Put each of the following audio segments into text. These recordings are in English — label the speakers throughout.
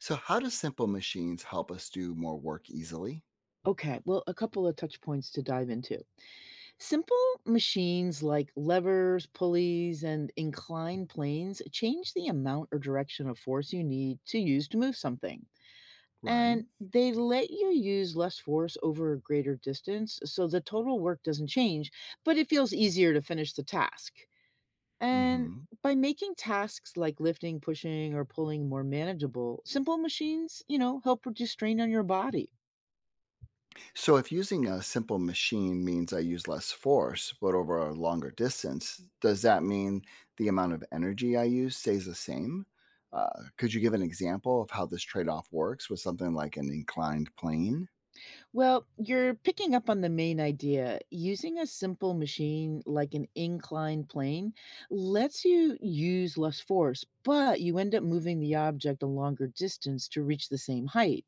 Speaker 1: So, how do simple machines help us do more work easily?
Speaker 2: Okay, well, a couple of touch points to dive into. Simple machines like levers, pulleys, and inclined planes change the amount or direction of force you need to use to move something. And
Speaker 1: Right.
Speaker 2: they let you use less force over a greater distance, so the total work doesn't change, but it feels easier to finish the task. And
Speaker 1: hmm
Speaker 2: by making tasks like lifting, pushing, or pulling more manageable, simple machines, help reduce strain on your body.
Speaker 1: So, if using a simple machine means I use less force, but over a longer distance, does that mean the amount of energy I use stays the same? Could you give an example of how this trade off works with something like an inclined plane?
Speaker 2: Well, you're picking up on the main idea. Using a simple machine like an inclined plane lets you use less force, but you end up moving the object a longer distance to reach the same height.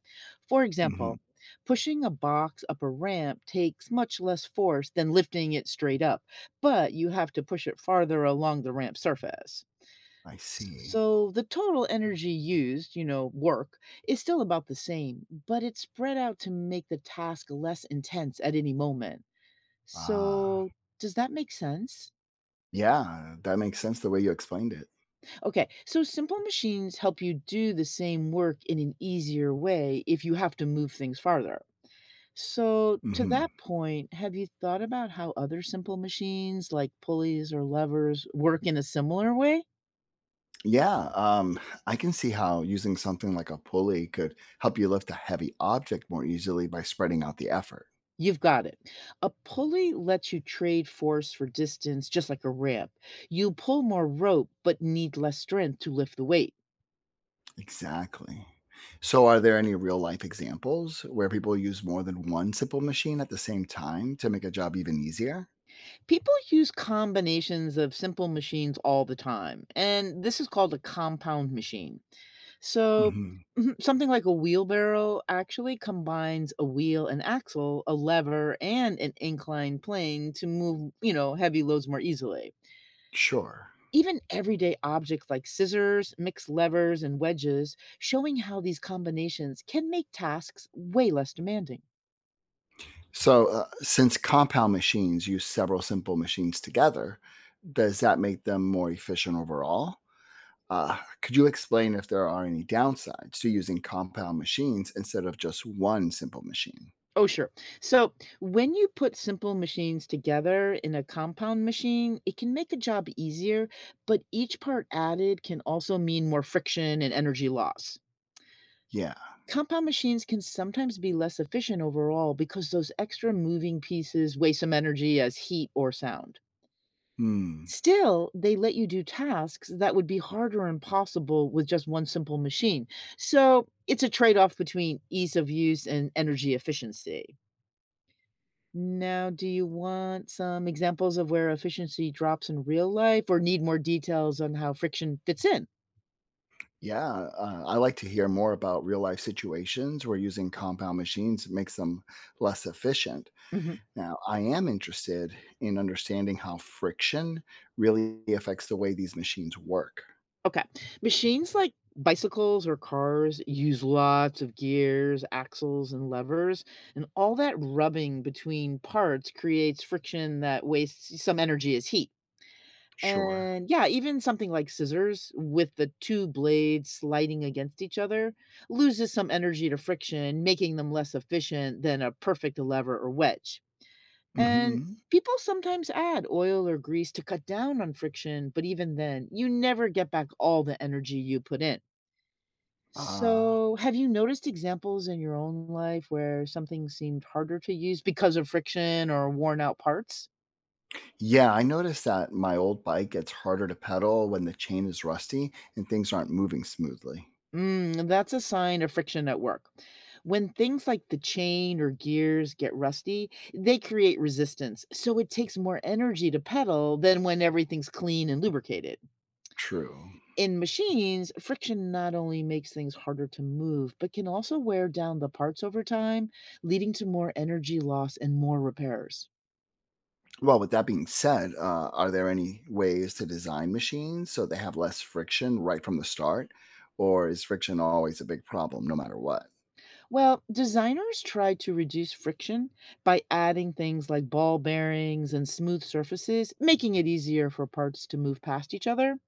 Speaker 2: For
Speaker 1: Hmm.
Speaker 2: example, pushing a box up a ramp takes much less force than lifting it straight up, but you have to push it farther along the ramp surface.
Speaker 1: I see.
Speaker 2: So the total energy used, work, is still about the same, but it's spread out to make the task less intense at any moment.
Speaker 1: Ah,
Speaker 2: So does that make sense?
Speaker 1: yeah, that makes sense the way you explained it.
Speaker 2: Okay, so simple machines help you do the same work in an easier way if you have to move things farther. So, to
Speaker 1: Hmm.
Speaker 2: that point, have you thought about how other simple machines like pulleys or levers work in a similar way?
Speaker 1: Yeah, I can see how using something like a pulley could help you lift a heavy object more easily by spreading out the effort.
Speaker 2: You've got it. A pulley lets you trade force for distance, just like a ramp. You pull more rope, but need less strength to lift the weight.
Speaker 1: Exactly. So, are there any real life examples where people use more than one simple machine at the same time to make a job even easier?
Speaker 2: People use combinations of simple machines all the time, and this is called a compound machine. So,
Speaker 1: Hmm.
Speaker 2: mhm, something like a wheelbarrow actually combines a wheel and axle, a lever, and an inclined plane to move, heavy loads more easily.
Speaker 1: Sure.
Speaker 2: Even everyday objects like scissors, mixed levers, and wedges, showing how these combinations can make tasks way less demanding.
Speaker 1: So, since compound machines use several simple machines together, does that make them more efficient overall? Could you explain if there are any downsides to using compound machines instead of just one simple machine?
Speaker 2: Oh, sure. So, when you put simple machines together in a compound machine, it can make a job easier, but each part added can also mean more friction and energy loss.
Speaker 1: Yeah.
Speaker 2: Compound machines can sometimes be less efficient overall because those extra moving pieces waste some energy as heat or sound.
Speaker 1: Hmm.
Speaker 2: Still, they let you do tasks that would be hard or impossible with just one simple machine. So it's a trade off between ease of use and energy efficiency. Now, do you want some examples of where efficiency drops in real life or need more details on how friction fits in?
Speaker 1: Yeah. I like to hear more about real life situations where using compound machines makes them less efficient. Now, I am interested in understanding how friction really affects the way these machines work.
Speaker 2: Okay. Machines like bicycles or cars use lots of gears, axles, and levers, and all that rubbing between parts creates friction that wastes some energy as heat.
Speaker 1: Sure.
Speaker 2: And yeah, even something like scissors with the two blades sliding against each other loses some energy to friction, making them less efficient than a perfect lever or wedge. And
Speaker 1: Hmm.
Speaker 2: people sometimes add oil or grease to cut down on friction, but even then, you never get back all the energy you put in.
Speaker 1: Uh,
Speaker 2: So, have you noticed examples in your own life where something seemed harder to use because of friction or worn out parts?
Speaker 1: yeah, I noticed that my old bike gets harder to pedal when the chain is rusty and things aren't moving smoothly.
Speaker 2: Mm, that's a sign of friction at work. When things like the chain or gears get rusty, they create resistance. So it takes more energy to pedal than when everything's clean and lubricated.
Speaker 1: True.
Speaker 2: In machines, friction not only makes things harder to move, but can also wear down the parts over time, leading to more energy loss and more repairs.
Speaker 1: Well, with that being said, are there any ways to design machines so they have less friction right from the start? Or is friction always a big problem no matter what?
Speaker 2: Well, designers try to reduce friction by adding things like ball bearings and smooth surfaces, making it easier for parts to move past each other.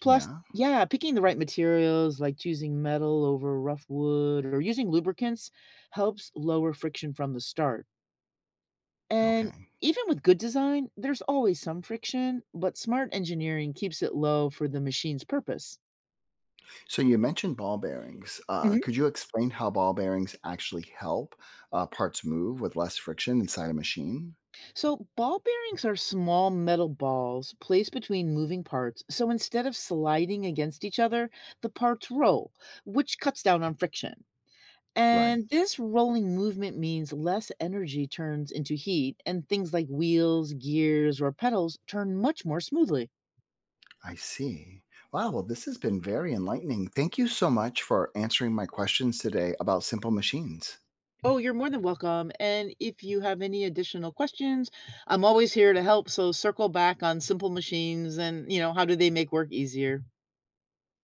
Speaker 2: Plus,
Speaker 1: Yeah.
Speaker 2: yeah, picking the right materials like choosing metal over rough wood or using lubricants helps lower friction from the start. And
Speaker 1: Okay.
Speaker 2: even with good design, there's always some friction, but smart engineering keeps it low for the machine's purpose.
Speaker 1: So you mentioned ball bearings.
Speaker 2: Hmm.
Speaker 1: Could you explain how ball bearings actually help parts move with less friction inside a machine?
Speaker 2: So, ball bearings are small metal balls placed between moving parts. So, instead of sliding against each other, the parts roll, which cuts down on friction.
Speaker 1: Right.
Speaker 2: And this rolling movement means less energy turns into heat, and things like wheels, gears, or pedals turn much more smoothly.
Speaker 1: I see. Wow. Well, this has been very enlightening. Thank you so much for answering my questions today about simple machines.
Speaker 2: Oh, you're more than welcome. And if you have any additional questions, I'm always here to help. So circle back on simple machines and, how do they make work easier?